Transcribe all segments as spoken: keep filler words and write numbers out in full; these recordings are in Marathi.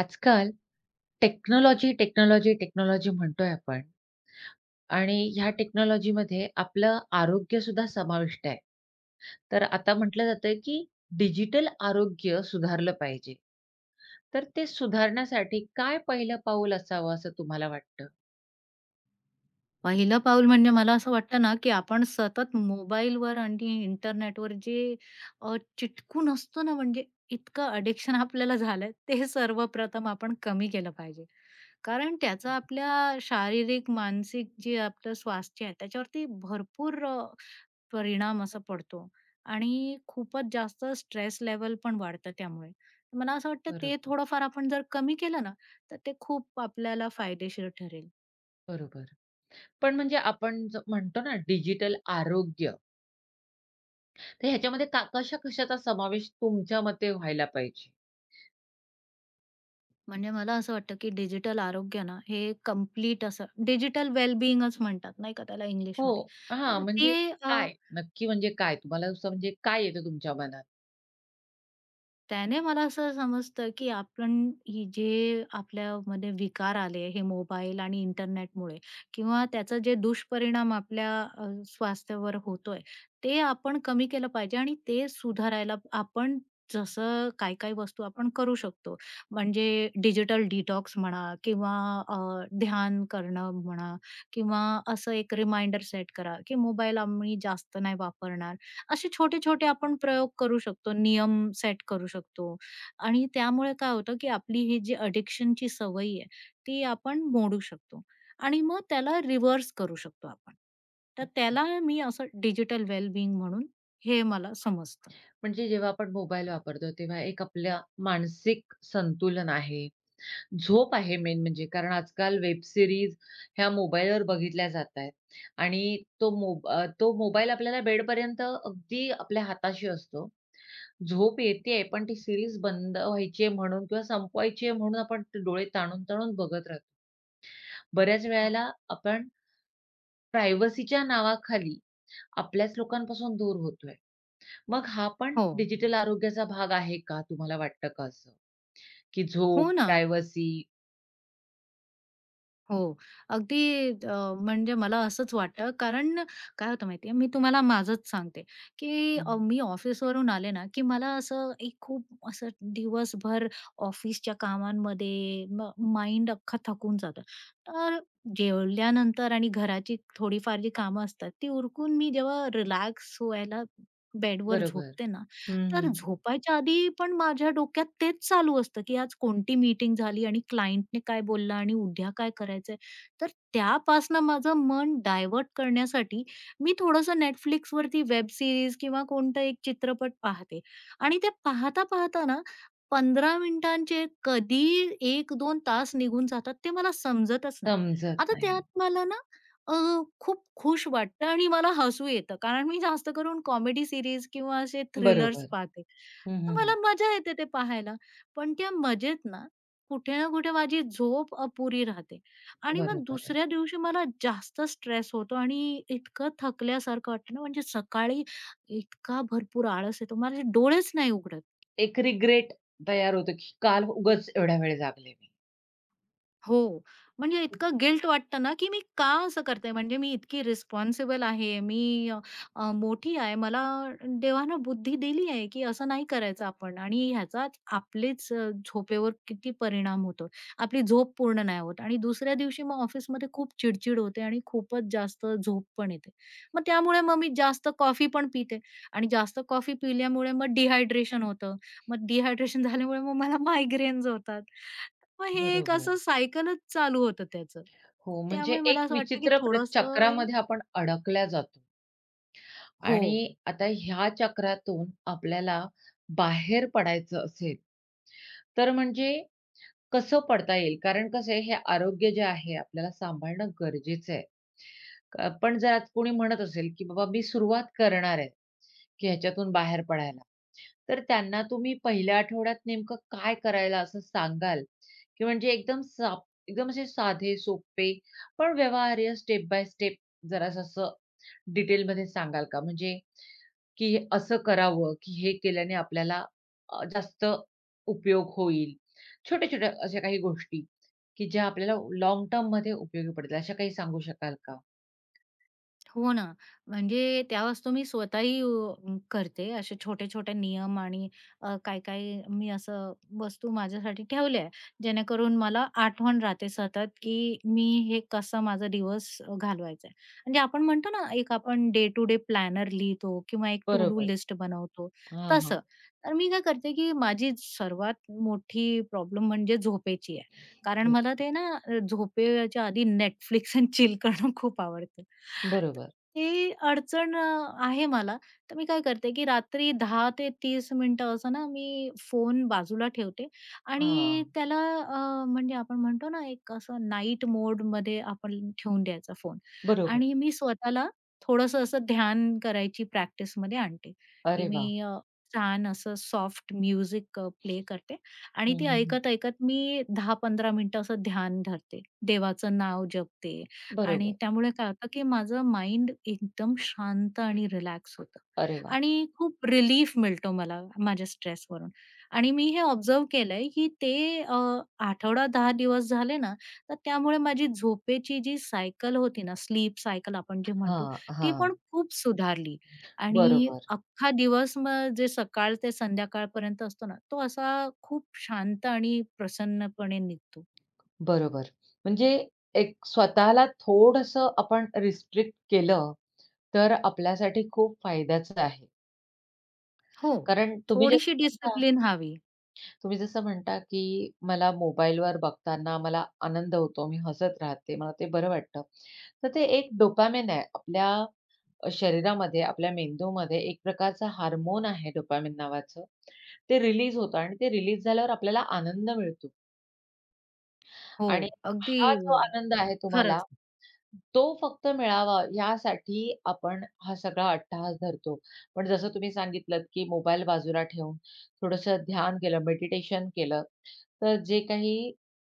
आजकाल टेक्नॉलॉजी, टेक्नॉलॉजी, टेक्नॉलॉजी म्हणतोय आपण आणि ह्या टेक्नॉलॉजीमध्ये आपलं आरोग्यसुद्धा समाविष्ट आहे. तर आता म्हटलं जातं, की डिजिटल आरोग्य सुधारलं पाहिजे. तर ते सुधारण्यासाठी काय पहिलं पाऊल असावं असं तुम्हाला वाटतं? पहिलं पाऊल म्हणजे मला असं वाटतं ना, की आपण सतत मोबाईलवर आणि इंटरनेटवर जे अ, चिटकून असतो ना, म्हणजे इतकं अडिक्शन आपल्याला झालंय, ते सर्वप्रथम आपण कमी केलं पाहिजे. कारण त्याचा आपल्या शारीरिक, मानसिक जे आपलं स्वास्थ्य आहे, त्याच्यावरती भरपूर अ, परिणाम असा पडतो आणि खूपच जास्त स्ट्रेस लेव्हल पण वाढतं त्यामुळे. मला असं वाटतं ते बरोबर, थोडंफार आपण जर कमी केलं ना, तर ते खूप आपल्याला फायदेशीर ठरेल. बरोबर. पण म्हणजे आपण ज म्हणतो ना डिजिटल आरोग्य, तर ह्याच्यामध्ये का कशा-कशाचा समावेश तुमच्या मते व्हायला पाहिजे? म्हणजे मला असं वाटतं, की डिजिटल आरोग्य ना, हे कंप्लीट असं डिजिटल वेल-बिइंगच म्हणतात नाही का त्याला हो. इंग्लिशमध्ये. हां, तर म्हणजे ते अ, काय? नक्की म्हणजे काय? तुम्हाला असं म्हणजे काय येतं तुमच्या मनात? त्याने मला असं समजतं, की आपण ही जे आपल्यामध्ये विकार आले, हे मोबाईल आणि इंटरनेटमुळे किंवा त्याचा जे दुष्परिणाम आपल्या अ, स्वास्थ्यावर होतोय, ते आपण कमी केलं पाहिजे आणि ते सुधारायला आपण जसं काही-काही वस्तू आपण करू शकतो. म्हणजे डिजिटल डिटॉक्स म्हणा किंवा अ, ध्यान करणं म्हणा किंवा असं एक रिमाइंडर सेट करा, की मोबाईल आम्ही जास्त नाही वापरणार असे छोटे-छोटे आपण प्रयोग करू शकतो, नियम सेट करू शकतो आणि त्यामुळे काय होतं, की आपली ही जी एडिक्शनची सवय आहे, ती आपण मोडू शकतो आणि मग त्याला रिव्हर्स करू शकतो आपण. तर अच्छा. त्याला मी असं डिजिटल वेल-बीइंग म्हणून हे मला समजतं. म्हणजे जेव्हा आपण मोबाईल वापरतो, तेव्हा एक आपल्या मानसिक संतुलन आहे, झोप आहे मेन म्हणजे. कारण आजकाल वेब सिरीज ह्या मोबाईलवर बघितल्या जात आहेत आणि तो मोब अ, तो मोबाईल आपल्याला बेडपर्यंत अगदी आपल्या हाताशी असतो. झोप येतेय, पण ती सीरीज बंद व्हायची म्हणून किंवा संपवायची आहे म्हणून आपण ते डोळे ताणून-ताणून बघत राहतो. बऱ्याच वेळेला आपण प्रायव्हसीच्या नावाखाली आपल्याच लोकांपासून दूर होतोय. मग हा पण हो. डिजिटल आरोग्याचा भाग आहे का? तुम्हाला वाटतं का असं? की हो झोप, ना. प्रायव्हसी हो. अगदी अ, म्हणजे मला असंच वाटतं कारण काय होतं माहितीये, मी तुम्हाला माझंच सांगते, की अ, मी ऑफिसवरून आले ना, की मला असं एक खूप असं दिवसभर ऑफिसच्या कामांमध्ये माइंड अख्खा थकून जातं. तर जेवल्यानंतर आणि घराची थोडीफार जी कामं असतात, ती उरकून मी जेव्हा रिलॅक्स व्हायला बेडवर बरोबर. झोपते ना, हं, हं, तर हं. झोपायच्या आधी पण माझ्या डोक्यात तेच चालू असतं, की आज कोणती मीटिंग झाली आणि क्लायंटने काय बोलला आणि उद्या काय करायचंय. तर त्यापासनं माझं मन डायव्हर्ट करण्यासाठी मी थोडंसं Netflixवरती वेब सीरीज किंवा कोणता एक चित्रपट पाहते आणि ते पाहता-पाहता ना पंधरा मिनिटांचे कधी एक दोन तास निघून जातात ते मला समजतच नाही. समजत आता नाही. त्यात मला ना अ, खूप खुश वाटतं आणि मला हसू येतं. कारण मी जास्त करून कॉमेडी सीरीज किंवा असे थ्रिलर्स बरोबर. पाहते. हं, तर हं, मला हं. मजा येते ते पाहायला. पण त्या मजेत ना, कुठे ना कुठे माझी झोप अपुरी राहते आणि मग बरोबर आहे. दुसऱ्या दिवशी मला जास्त स्ट्रेस होतो आणि इतकं थकल्यासारखं वाटतं ना, म्हणजे सकाळी इतका भरपूर आळस येतो. माझे डोळेच नाही उघडत. एक रिग्रेट तयार होतो, की काल उगाच एवढा वेळ जागले मी. हो. म्हणजे इतकं गिल्ट वाटतं ना, की मी का असं करते? म्हणजे मी इतकी रिस्पॉन्सिबल आहे, मी अ, अ, मोठी आहे. मला देवानं बुद्धी दिली आहे, की असं नाही करायचं आपण आणि ह्याचा आपलीच अ, झोपेवर किती परिणाम होतो. आपली झोप पूर्ण नाही होत आणि दुसऱ्या दिवशी मग ऑफिसमध्ये खूप चिडचिड होते आणि खूपच जास्त झोप पण येते. मग त्यामुळे मग मी जास्त कॉफी पण पिते आणि जास्त कॉफी पिल्यामुळे मग डिहायड्रेशन होतं मग डिहायड्रेशन झाल्यामुळे मग मला मायग्रेन्स होतात. मग हे एक बरोबर. असं सायकलच चालू होतं त्याचं. हो, म्हणजे त्यामुळे मला एक असं वाटतं की विचित्र प्र थोडंसं हे चक्रामध्ये आपण अडकल्या जातो हो. आणि आता ह्या चक्रातून आपल्याला बाहेर पडायचं असेल, तर म्हणजे कसं पडता येईल? कारण कसं आहे, हे आरोग्य जे आहे आपल्याला सांभाळणं गरजेचं आहे. अ, पण जर आज कोणी म्हणत असेल, की बाबा मी सुरुवात करणार आहे, की ह्याच्यातून बाहेर पडायला. तर त्यांना तुम्ही पहिल्या आठवड्यात नेमकं काय करायला असं सांगाल? की म्हणजे एकदम साप एकदम असे साधे, सोपे पण व्यवहार्य स्टेप बाय स्टेप जरासं असं डिटेलमध्ये सांगाल का? म्हणजे की असं करावं, की हे केल्याने आपल्याला अ, जास्त उपयोग होईल. छोट्या-छोट्या अशा काही गोष्टी, की ज्या आपल्याला लाँग टर्ममध्ये उपयोगी पडतील, अशा काही सांगू शकाल का? हो ना. म्हणजे त्यावेळेस तर मी स्वतःही अ, करते असे छोटे-छोटे नियम आणि अ, काही-काही मी असं वस्तू माझ्यासाठी ठेवल्या आहे, जेणेकरून मला आठवण राहते सतत, की मी हे कसं माझा दिवस अ, घालवायचा आहे. म्हणजे आपण म्हणतो ना, एक आपण डे टू डे प्लॅनर लिहितो किंवा एक टू डू बरोबर. लिस्ट बनवतो, हां, हां. तसं. तर मी काय करते, की माझी सर्वात मोठी प्रॉब्लेम म्हणजे झोपेची आहे. कारण मला बरोबर, ते ना अ, झोपेच्या आधी Netflix आणि चिल करणं खूप आवडतं. बरोबर. ती अडचण अ, आहे मला. तर मी काय करते, की रात्री दहा ते तीस मिनिटं असं ना मी फोन बाजूला ठेवते आणि हां, त्याला अ, म्हणजे आपण म्हणतो ना, एक असं नाईट मोडमध्ये आपण ठेवून द्यायचा फोन बरोबर. आणि मी स्वतःला थोडंसं असं ध्यान करायची प्रॅक्टिसमध्ये आणते, की अरे वा. मी अ, छान असं सॉफ्ट म्युझिक प्ले करते आणि हं, ते हं, हं. ऐकत-ऐकत मी दहा ते पंधरा मिनिटं असं ध्यान धरते. देवाचं नाव जपते आणि बरोबर. त्यामुळे काय होतं, की माझं माइंड एकदम शांत आणि रिलॅक्स होतं अरे वाह! आणि खूप रिलीफ मिळतो मला माझ्या स्ट्रेसवरून आणि मी हे ऑब्झर्व्ह केलंय, की ते अ, आठवडा दहा दिवस झाले ना, तर त्यामुळे माझी झोपेची जी सायकल होती ना, स्लीप सायकल आपण जे म्हणतो, हां, ती हां. पण खूप सुधारली आणि बरोबर, अख्खा दिवस मग जे सकाळ ते संध्याकाळपर्यंत असतो ना, तो असा खूप शांत आणि प्रसन्नपणे निघतो. बरोबर. म्हणजे एक स्वतःला थोडंसं आपण रिस्ट्रिक्ट केलं, तर आपल्यासाठी खूप फायद्याचं आहे. हो, कारण तुम्ही जे थोडीशी डिसिप्लिन हवी. तुम्ही जसं म्हणता, की मला मोबाईलवर बघताना मला आनंद होतो, मी हसत राहते, मला ते बरं वाटतं. तर ते एक डोपामाइन आहे. आपल्या अ, शरीरामध्ये, आपल्या मेंदूमध्ये एक प्रकारचा हार्मोन आहे डोपामाइन नावाचं. ते रिलीज होतं आणि ते रिलीज झाल्यावर आपल्याला आनंद मिळतो हो, आणि अगदी हा जो अ, आनंद आहे तुम्हाला खरंच. तो फक्त मिळावा यासाठी आपण हा सगळा अट्टाहास धरतो. पण जसं तुम्ही सांगितलंत, की मोबाईल बाजूला ठेवून थोडंसं ध्यान केलं, मेडिटेशन केलं, तर जे काही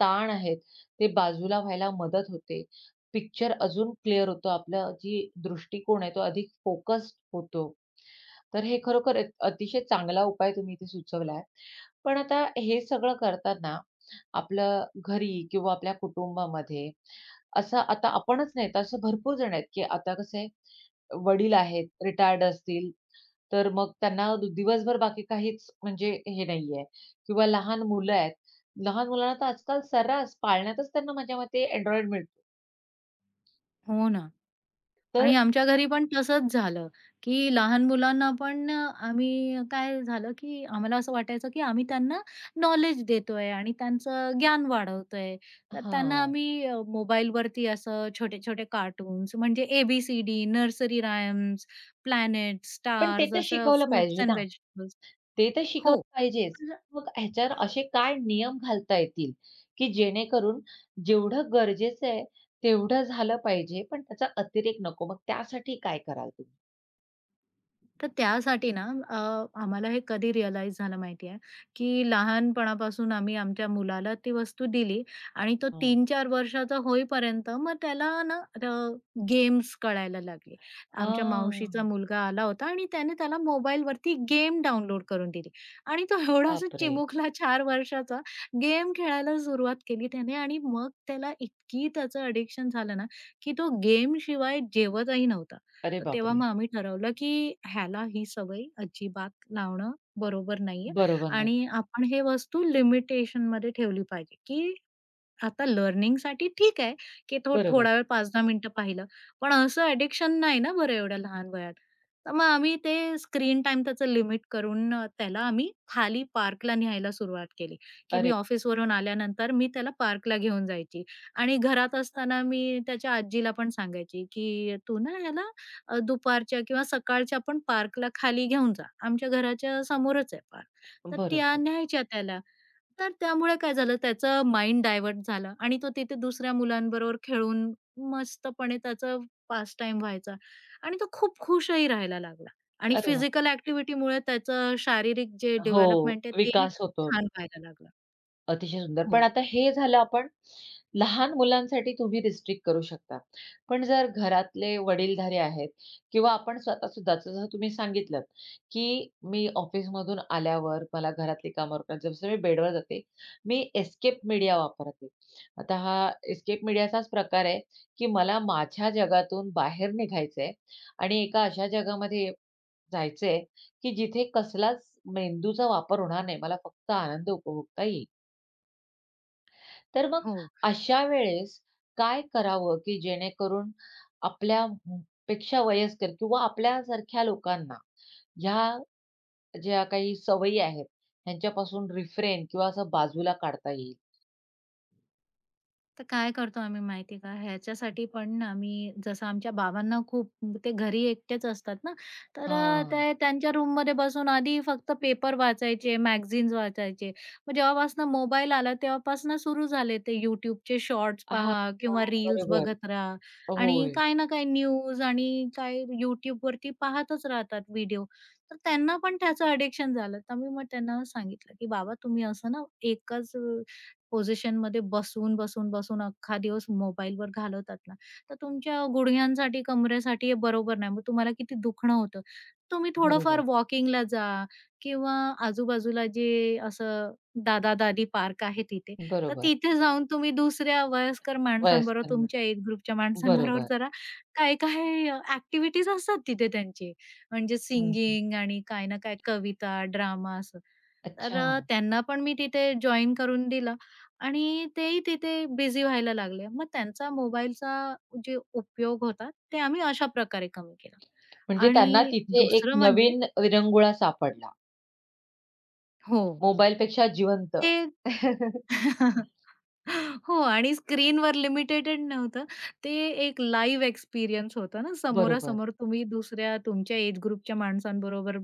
ताण आहेत ते बाजूला व्हायला मदत होते. पिक्चर अजून क्लिअर होतो. आपला जी दृष्टिकोन आहे तो अधिक फोकस्ड होतो. तर हे खरोखर एक अतिशय चांगला उपाय तुम्ही इथे सुचवला आहे. पण आता हे सगळं करताना आपलं घरी किंवा आपल्या कुटुंबामध्ये असं आता आपणच नाही, तर असं भरपूर जण आहेत, की आता कसे वडील आहेत, रिटायर्ड असतील, तर मग त्यांना दु- दिवसभर बाकी काहीच म्हणजे हे नाहीये किंवा लहान मुलं आहेत. लहान मुलांना तर आजकाल सर्रास पाळण्यातच त्यांना माझ्या मते Android मिळतो. हो ना. आणि तर आमच्या घरी पण तसंच झालं, की लहान मुलांना पण अ, आम्ही काय झालं, की आम्हाला असं वाटायचं, की आम्ही त्यांना नॉलेज देतोय आणि त्यांचं ज्ञान वाढवतोय. तर त्यांना हां. आम्ही अ, मोबाईलवरती असं छोटे-छोटे कार्टून्स म्हणजे ए नर्सरी रायम्स, प्लॅनेट्स, पण ते स्टार्स तर असं शिकवलं फ्रुट्स पाहिजे एंड ना. व्हेजिटेबल्स ते तर शिकवलं हो. पाहिजेच. मग ह्याच्यावर असे काय नियम घालता येतील, की जेणेकरून जेवढं गरजेचं आहे, तेवढं झालं पाहिजे, पण त्याचा अतिरेक नको. मग त्यासाठी काय कराल तुम्ही? तर त्यासाठी ना अ, आम्हाला हे कधी रिअलाईज झालं माहिती आहे, की लहानपणापासून आम्ही आमच्या मुलाला ती वस्तू दिली आणि तो हां. तीन-चार वर्षाचा होईपर्यंत मग त्याला ना अ, गेम्स कळायला लागले. आमच्या हां. मावशीचा मुलगा आला होता आणि त्याने त्याला मोबाईलवरती गेम डाउनलोड करून दिली आणि तो एवढा असा बापरे! चिमुकला चार वर्षाचा गेम खेळायला सुरुवात केली त्याने आणि मग त्याला इतकी त्याचं एडिक्शन झालं ना, की तो गेमशिवाय जेवतही नव्हता. अरे तर तेव्हा बापरे! मग आम्ही ठरवलं, की ह्याला ही सवय अजिबात लावणं बरोबर नाहीये बरोबर नाही. आणि आपण हे वस्तू लिमिटेशनमध्ये ठेवली पाहिजे, की आता लर्निंगसाठी ठीक आहे, की थो बरोबर. थोडा वेळ पाच ते दहा मिनिटं पाहिलं. पण असं ॲडिक्शन नाही ना बरं एवढ्या लहान वयात. तर मग आम्ही ते स्क्रीन टाईम त्याचं लिमिट करून अ, त्याला आम्ही खाली पार्कला न्यायला सुरुवात केली, की मी अरे ऑफिसवरून आल्यानंतर मी त्याला पार्कला घेऊन जायची आणि घरात असताना मी त्याच्या आजीला पण सांगायची, की "तू ना ह्याला अ, दुपारच्या किंवा सकाळच्या पण पार्कला खाली घेऊन जा. आमच्या घराच्या समोरच आहे पार्क." तर त्या बरोबर. न्यायच्या त्याला. तर त्यामुळे काय झालं त्याचं माइंड डायव्हर्ट झालं आणि तो तिथे दुसऱ्या मुलांबरोबर खेळून मस्तपणे त्याचं पास टाईम व्हायचा आणि तो खूप खुशही राहायला लागला आणि अरे वाह! फिजिकल ॲक्टिव्हिटीमुळे त्याचं शारीरिक जे हो, डेव्हलपमेंट आहे तेही विकास खूप होतो. छान व्हायला लागलं. अतिशय सुंदर. पण हो, आता हे झालं आपण लहान मुलांसाठी तुम्ही रिस्ट्रिक्ट करू शकता. पण जर घरातले वडीलधारे आहेत किंवा आपण स्वतः सुद्धा जसं तुम्ही सांगितलंत, की मी ऑफिसमधून आल्यावर मला घरातली कामं आवरतात. जसं मी बेडवर जाते, मी एस्केप मीडिया वापरते. आता हा एस्केप मीडियाचाच प्रकार आहे, की मला माझ्या जगातून बाहेर निघायचंय आणि एका अशा जगामध्ये जायचंय, की जिथे कसलाच मेंदूचा वापर होणार नाही. मला फक्त आनंद उपभोगता येईल. तर मग हो. अशा वेळेस काय करावं, की जेणेकरून आपल्या म पेक्षा वयस्कर किंवा आपल्यासारख्या लोकांना ह्या ज्या काही सवयी आहेत, ह्यांच्यापासून रिफ्रेन किंवा असं बाजूला काढता येईल? तर काय करतो आम्ही माहिती आहे का, ह्याच्यासाठी पण ना आम्ही जसं आमच्या बाबांना खूप ते घरी एकटेच असतात ना, तर अ, हां. ते त्यांच्या रूममध्ये बसून आधी फक्त पेपर वाचायचे, मॅगझिन्स वाचायचे. मग जेव्हापासनं मोबाईल आला तेव्हापासनं सुरू झाले ते YouTubeचे शॉर्ट्स हां, पहा हां. किंवा रील्स बरोबर. बघत राहा आणि होय. काही ना काही न्यूज आणि काही YouTubeवरती पाहतच राहतात व्हिडिओ. तर त्यांना पण त्याचं अडिक्शन झालं. तर मी मग त्यांना सांगितलं, की "बाबा तुम्ही असं ना एकच" पोझिशनमध्ये बसून, बसून, बसून अख्खा दिवस मोबाईलवर घालवतात ना, तर तुमच्या गुडघ्यांसाठी, कमरेसाठी हे बरोबर नाही. मग तुम्हाला किती दुखणं होतं. तुम्ही थोडंफार बरोबर. वॉकिंगला जा किंवा आजूबाजूला जे असं दादा-दादी पार्क आहे तिथे, तर बरोबर. तिथे जाऊन तुम्ही दुसऱ्या वयस्कर माणसांबरोबर, वयस्कर तुमच्या म्हटलं. एज ग्रुपच्या माणसांबरोबर बरोबर. जरा काय-काय ॲक्टिव्हिटीज असतात तिथे त्यांची. म्हणजे हं, हं. सिंगिंग आणि काय ना काय कविता, ड्रामा असं. तर अच्छा. अ, त्यांना पण मी तिथे जॉइन करून दिलं. आणि तेही तिथे बिझी व्हायला लागले. मग त्यांचा मोबाईलचा जे उपयोग होता, ते आम्ही अशा प्रकारे कमी केला. म्हणजे त्यांना आणि तिथे एक दुसरं म्हणजे नवीन विरंगुळा सापडला. हो, मोबाईलपेक्षा जिवंत. ते हो आणि स्क्रीनवर लिमिटेटेड नव्हतं. ते एक लाईव्ह एक्सपिरियन्स होता ना, बरोबर. समोरासमोर तुम्ही दुसऱ्या तुमच्या एज ग्रुपच्या माणसांबरोबर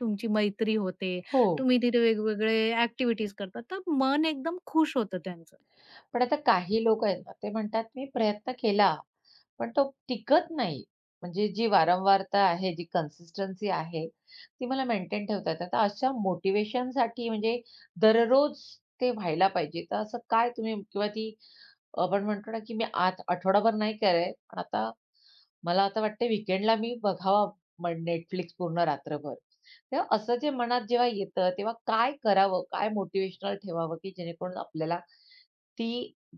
तुमची मैत्री होते. हो. तुम्ही तिथे वेगवेगळे ॲक्टिव्हिटीज करतात, तर मन एकदम खुश होतं त्यांचं. पण आता काही लोकं आहेत ना, ते म्हणतात मी प्रयत्न केला, पण तो टिकत नाही. म्हणजे जी वारंवारता आहे, जी कन्सिस्टन्सी आहे, ती मला मेंटेन ठेवता येते. तर अशा मोटिव्हेशनसाठी म्हणजे दररोज ते व्हायला पाहिजे. तर असं काय तुम्ही किंवा ती आपण म्हणतो ना, की मी आत आठवडाभर नाही केलंय, पण आता मला आता वाटतंय वीकेंडला मी बघावा मग पूर्ण रात्रभर. तेव्हा असं जे मनात जेव्हा येतं, तेव्हा काय करावं? काय मोटिव्हेशनल ठेवावं, की जेणेकरून आपल्याला ती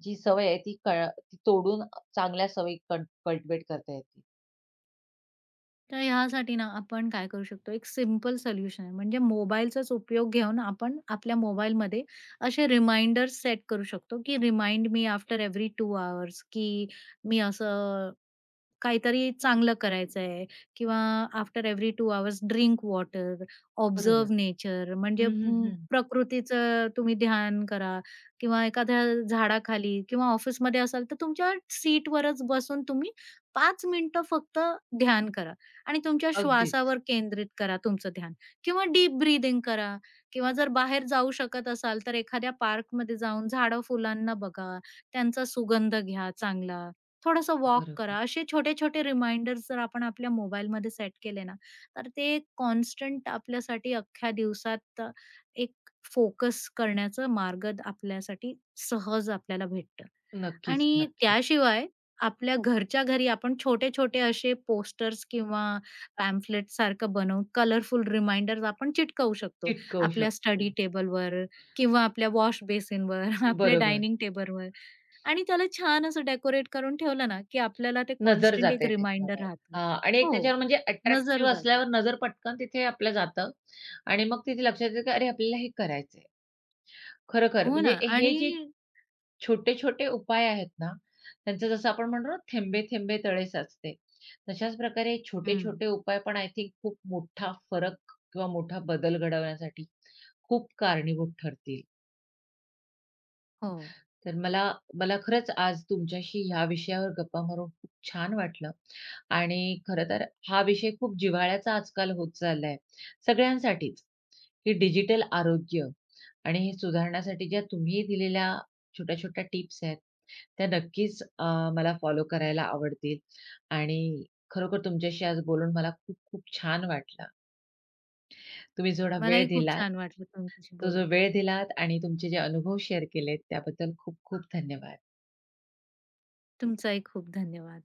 जी सवय आहे ती कळ ती तोडून चांगल्या सवयी कल्ट कल्टिव्हेट करता येतील. तर ह्यासाठी ना आपण काय करू शकतो, एक सिंपल सोल्युशन आहे. म्हणजे मोबाईलचाच उपयोग घेऊन आपण आपल्या मोबाईलमध्ये असे रिमाइंडर सेट करू शकतो, की remind me after every two hours, की मी असं काहीतरी चांगलं करायचं आहे किंवा आफ्टर एव्हरी दोन आवर्स ड्रिंक वॉटर, बरोबर. ऑब्झर्व्ह नेचर म्हणजे हं, हं, म, हं. प्रकृतीचं तुम्ही ध्यान करा किंवा एखाद्या झाडाखाली किंवा ऑफिसमध्ये असाल तर तुमच्या सीटवरच बसून तुम्ही पाच मिनिटं फक्त ध्यान करा आणि तुमच्या अगदीच. श्वासावर केंद्रित करा तुमचं ध्यान किंवा डीप ब्रीथिंग करा किंवा जर बाहेर जाऊ शकत असाल तर एखाद्या पार्कमध्ये जाऊन झाडं-फुलांना बघा, त्यांचा सुगंध घ्या चांगला थोडंसं वॉक करा. बरोबर. असे छोटे-छोटे रिमाइंडर्स जर आपण आपल्या मोबाईलमध्ये सेट केले ना, तर ते कॉन्स्टंट आपल्यासाठी अख्ख्या दिवसात अ, एक फोकस करण्याचं मार्ग द- आपल्यासाठी सहज आपल्याला भेटतं. नक्कीच, आणि नक्कीच. त्याशिवाय आपल्या घरच्या घरी आपण छोटे-छोटे असे पोस्टर्स किंवा पॅम्फलेट सारखं बनवून कलरफुल रिमाइंडर्स आपण चिटकवू शकतो. चिटकवू आपल्या शकतो. स्टडी टेबलवर किंवा आपल्या वॉश बेसिनवर, आपल्या बरोबर. डायनिंग टेबलवर आणि त्याला छान असं डेकोरेट करून ठेवलं ना, की आपल्याला ते नजर कॉन्स्टंट एक जाते रिमाइंडर त्याच्यावर. राहतं. हां आणि एक हो, त्याच्यावर म्हणजे नजर अट्रॅक्टिव्ह जाते. असल्यावर नजर पटकन तिथे आपलं जातं आणि मग तिथे लक्षात येतं की अरे, आपल्याला हे करायचंय. खरोखर हो म्हणजे ना हे आणि जे छोटे-छोटे उपाय आहेत ना, त्यांचं जसं आपण म्हणतो ना, थेंबे-थेंबे तळे साचते. तशाच प्रकारे हं, छोटे-छोटे उपाय पण आय थिंक खूप मोठा फरक किंवा मोठा बदल घडवण्यासाठी खूप कारणीभूत ठरतील. हो. तर मला मला खरंच आज तुमच्याशी ह्या विषयावर गप्पा मारून खूप छान वाटलं आणि खरं तर हा विषय खूप जिव्हाळ्याचा आजकाल होत चाललाय सगळ्यांसाठीच, की डिजिटल आरोग्य आणि हे सुधारण्यासाठी ज्या तुम्ही दिलेल्या छोट्या-छोट्या टिप्स आहेत, त्या नक्कीच अ, मला फॉलो करायला आवडतील आणि खरोखर तुमच्याशी आज बोलून मला खूप खूप छान वाटलं. तुम्ही जेवढा वेळ मलाही खूप दिलात, छान वाटलं तुमच्याशी तो जो बोलून. वेळ दिलात आणि तुमचे जे अनुभव शेअर केलेत त्याबद्दल खूप खूप धन्यवाद. तुमचाही खूप धन्यवाद.